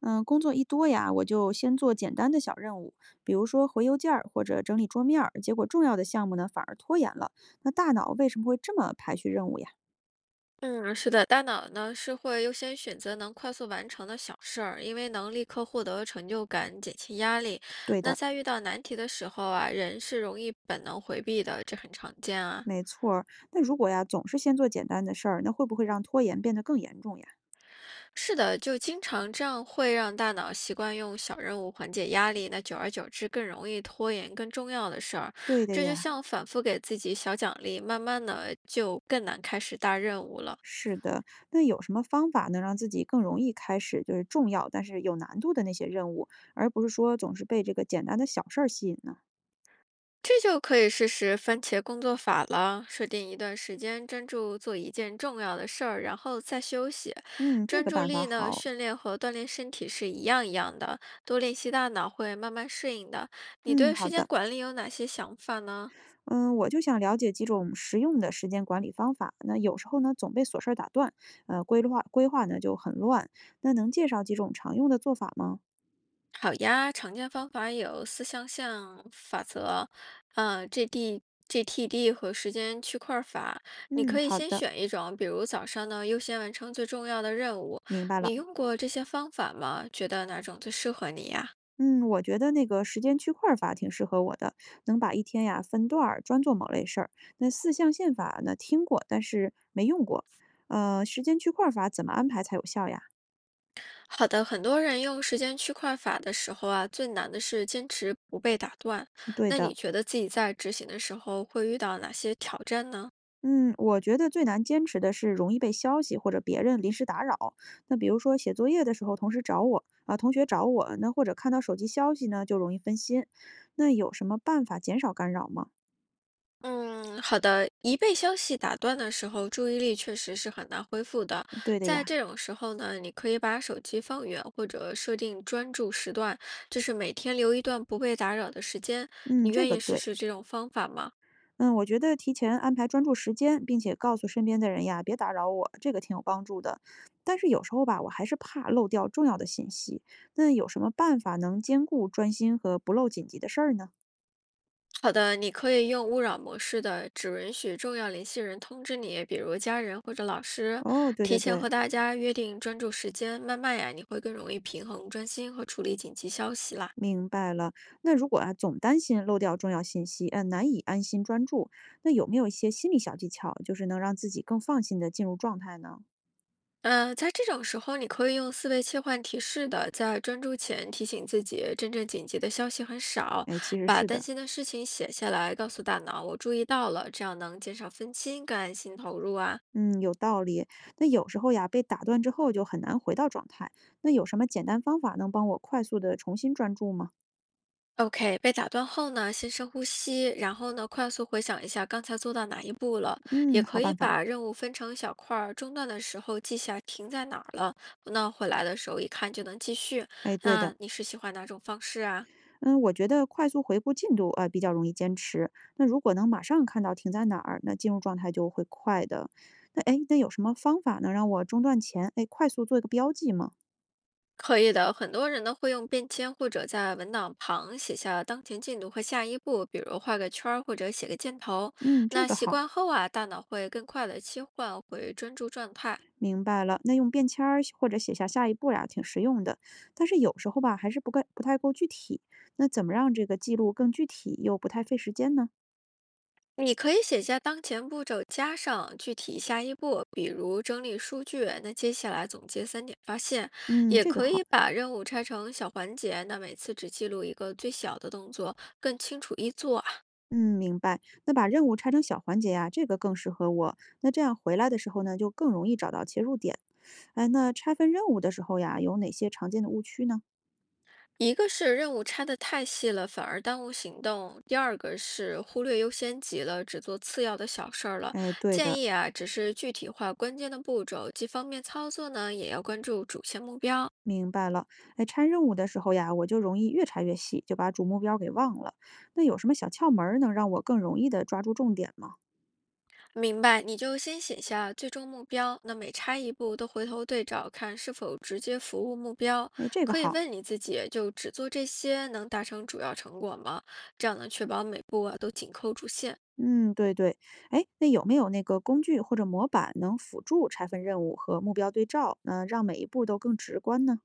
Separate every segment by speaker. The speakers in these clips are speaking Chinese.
Speaker 1: 嗯，工作一多呀，我就先做简单的小任务，比如说回邮件儿或者整理桌面儿，结果重要的项目呢反而拖延了。那大脑为什么会这么排序任务呀？
Speaker 2: 嗯，是的，大脑呢是会优先选择能快速完成的小事儿，因为能立刻获得成就感，减轻压力。
Speaker 1: 对
Speaker 2: 那
Speaker 1: 的，
Speaker 2: 在遇到难题的时候啊，人是容易本能回避的，这很常见啊。
Speaker 1: 没错儿。那如果呀总是先做简单的事儿，那会不会让拖延变得更严重呀？
Speaker 2: 是的，就经常这样会让大脑习惯用小任务缓解压力，那久而久之更容易拖延更重要的事儿。
Speaker 1: 对的
Speaker 2: 这就
Speaker 1: 呀，
Speaker 2: 像反复给自己小奖励，慢慢的就更难开始大任务了。
Speaker 1: 是的。那有什么方法能让自己更容易开始就是重要但是有难度的那些任务，而不是说总是被这个简单的小事儿吸引呢？
Speaker 2: 这就可以试试番茄工作法了，设定一段时间专注做一件重要的事儿，然后再休息。
Speaker 1: 嗯，这
Speaker 2: 专
Speaker 1: 个
Speaker 2: 注
Speaker 1: 办法
Speaker 2: 力呢，
Speaker 1: 好。
Speaker 2: 训练和锻炼身体是一样的，多练习大脑会慢慢适应的。你
Speaker 1: 嗯，
Speaker 2: 对
Speaker 1: 好
Speaker 2: 时间
Speaker 1: 的。
Speaker 2: 管理有哪些想法呢？
Speaker 1: 嗯，我就想了解几种实用的时间管理方法。那有时候呢，总被琐事儿打断，规划呢就很乱。那能介绍几种常用的做法吗？
Speaker 2: 好呀，常见方法有四象限法则，呃，GD、GTD 和时间区块法。你
Speaker 1: 嗯，
Speaker 2: 可以
Speaker 1: 好
Speaker 2: 先
Speaker 1: 的，
Speaker 2: 选一种，比如早上呢优先完成最重要的任务。
Speaker 1: 明白了。
Speaker 2: 你用过这些方法吗？觉得哪种最适合你呀？
Speaker 1: 嗯，我觉得那个时间区块儿法挺适合我的，能把一天呀分段儿专做某类事儿。那四象限法呢，听过，但是没用过。时间区块儿法怎么安排才有效呀？
Speaker 2: 好的，很多人用时间区块法的时候啊，最难的是坚持不被打断。
Speaker 1: 嗯对
Speaker 2: 那
Speaker 1: 的，
Speaker 2: 你觉得自己在执行的时候会遇到哪些挑战呢？
Speaker 1: 嗯，我觉得最难坚持的是容易被消息或者别人临时打扰。那比如说写作业的时候，同事找我啊，同学找我，那或者看到手机消息呢，就容易分心。那有什么办法减少干扰吗？
Speaker 2: 嗯，好的。一被消息打断的时候，注意力确实是很难恢复的。
Speaker 1: 对的
Speaker 2: 在
Speaker 1: 呀，
Speaker 2: 这种时候呢，你可以把手机放远，或者设定专注时段，就是每天留一段不被打扰的时间。
Speaker 1: 嗯，
Speaker 2: 你
Speaker 1: 这
Speaker 2: 愿
Speaker 1: 个
Speaker 2: 意试
Speaker 1: 对。
Speaker 2: 试这种方法吗？
Speaker 1: 嗯，我觉得提前安排专注时间，并且告诉身边的人呀，别打扰我，这个挺有帮助的。但是有时候吧，我还是怕漏掉重要的信息。那有什么办法能兼顾专心和不漏紧急的事儿呢？
Speaker 2: 好的，你可以用勿扰模式的，只允许重要联系人通知你，比如家人或者老师。
Speaker 1: 哦，对对
Speaker 2: 提前
Speaker 1: 对，
Speaker 2: 和大家约定专注时间，慢慢呀，你会更容易平衡专心和处理紧急消息啦。
Speaker 1: 明白了。那如果啊，总担心漏掉重要信息，嗯、难以安心专注，那有没有一些心理小技巧，就是能让自己更放心的进入状态呢？
Speaker 2: 在这种时候，你可以用思维切换提示的，在专注前提醒自己，真正紧急的消息很少，
Speaker 1: 哎，其实
Speaker 2: 把
Speaker 1: 是
Speaker 2: 担
Speaker 1: 的，
Speaker 2: 心的事情写下来，告诉大脑我注意到了，这样能减少分心，更安心投入啊。
Speaker 1: 嗯，有道理。那有时候呀，被打断之后就很难回到状态。那有什么简单方法能帮我快速的重新专注吗？
Speaker 2: OK,被打断后呢，先深呼吸，然后呢，快速回想一下刚才做到哪一步了，也
Speaker 1: 嗯，好
Speaker 2: 可以
Speaker 1: 办法。
Speaker 2: 把任务分成小块儿，中断的时候记下停在哪儿了，那回来的时候一看就能继续。
Speaker 1: 哎，对
Speaker 2: 那
Speaker 1: 的。
Speaker 2: 你是喜欢哪种方式啊？
Speaker 1: 嗯，我觉得快速回顾进度啊，比较容易坚持。那如果能马上看到停在哪儿，那进入状态就会快的。那哎，诶那有什么方法能让我中断前哎快速做一个标记吗？
Speaker 2: 可以的，很多人呢会用便签或者在文档旁写下当前进度和下一步，比如画个圈儿或者写个箭头。
Speaker 1: 嗯，这
Speaker 2: 那
Speaker 1: 个
Speaker 2: 习
Speaker 1: 好，
Speaker 2: 惯后啊，大脑会更快的切换回专注状态。
Speaker 1: 明白了。那用便签儿或者写下下一步呀，挺实用的。但是有时候吧，还是不够不太够具体。那怎么让这个记录更具体又不太费时间呢？
Speaker 2: 你可以写下当前步骤，加上具体下一步，比如整理数据。那接下来总结三点发现，
Speaker 1: 嗯，
Speaker 2: 也
Speaker 1: 这个
Speaker 2: 可
Speaker 1: 好。
Speaker 2: 以把任务拆成小环节，那每次只记录一个最小的动作，更清楚易做。
Speaker 1: 嗯，明白。那把任务拆成小环节呀，这个更适合我。那这样回来的时候呢，就更容易找到切入点。哎，那拆分任务的时候呀，有哪些常见的误区呢？
Speaker 2: 一个是任务拆得太细了，反而耽误行动；第二个是忽略优先级了，只做次要的小事儿了。
Speaker 1: 哎，对
Speaker 2: 建
Speaker 1: 的，
Speaker 2: 议啊，只是具体化关键的步骤，既方便操作呢，也要关注主线目标。
Speaker 1: 明白了。哎，拆任务的时候呀，我就容易越拆越细，就把主目标给忘了。那有什么小窍门儿能让我更容易的抓住重点吗？
Speaker 2: 明白？你就先写下最终目标，那每拆一步都回头对照，看是否直接服务目标。
Speaker 1: 哎，这个
Speaker 2: 可以
Speaker 1: 好。
Speaker 2: 问你自己，就只做这些，能达成主要成果吗？这样能确保每步啊都紧扣主线。
Speaker 1: 嗯，对对。哎，那有没有那个工具或者模板能辅助拆分任务和目标对照，那让每一步都更直观呢？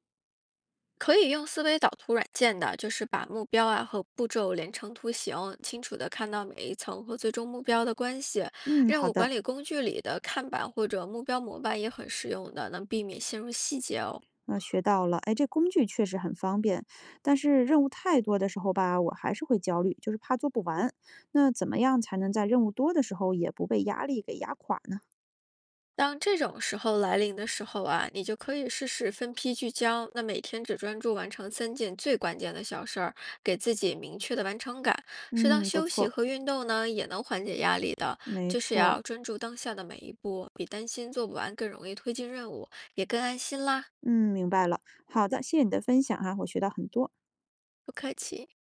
Speaker 2: 可以用思维导图软件的，就是把目标啊和步骤连成图形，清楚的看到每一层和最终目标的关系。
Speaker 1: 嗯，
Speaker 2: 任
Speaker 1: 好
Speaker 2: 务
Speaker 1: 的。
Speaker 2: 管理工具里的看板或者目标模板也很实用的，能避免陷入细节哦。
Speaker 1: 那学到了，哎，这工具确实很方便，但是任务太多的时候吧，我还是会焦虑，就是怕做不完。那怎么样才能在任务多的时候也不被压力给压垮呢？
Speaker 2: 当这种时候来临的时候啊，你就可以试试分批聚焦，那每天只专注完成三件最关键的小事儿，给自己明确的完成感。适当
Speaker 1: 嗯，不
Speaker 2: 休息
Speaker 1: 错，
Speaker 2: 和运动呢，也能缓解压力的。
Speaker 1: 没
Speaker 2: 就是
Speaker 1: 错，
Speaker 2: 要专注当下的每一步，比担心做不完更容易推进任务，也更安心啦。
Speaker 1: 嗯，明白了。好的，谢谢你的分享哈，我学到很多。
Speaker 2: 不客气。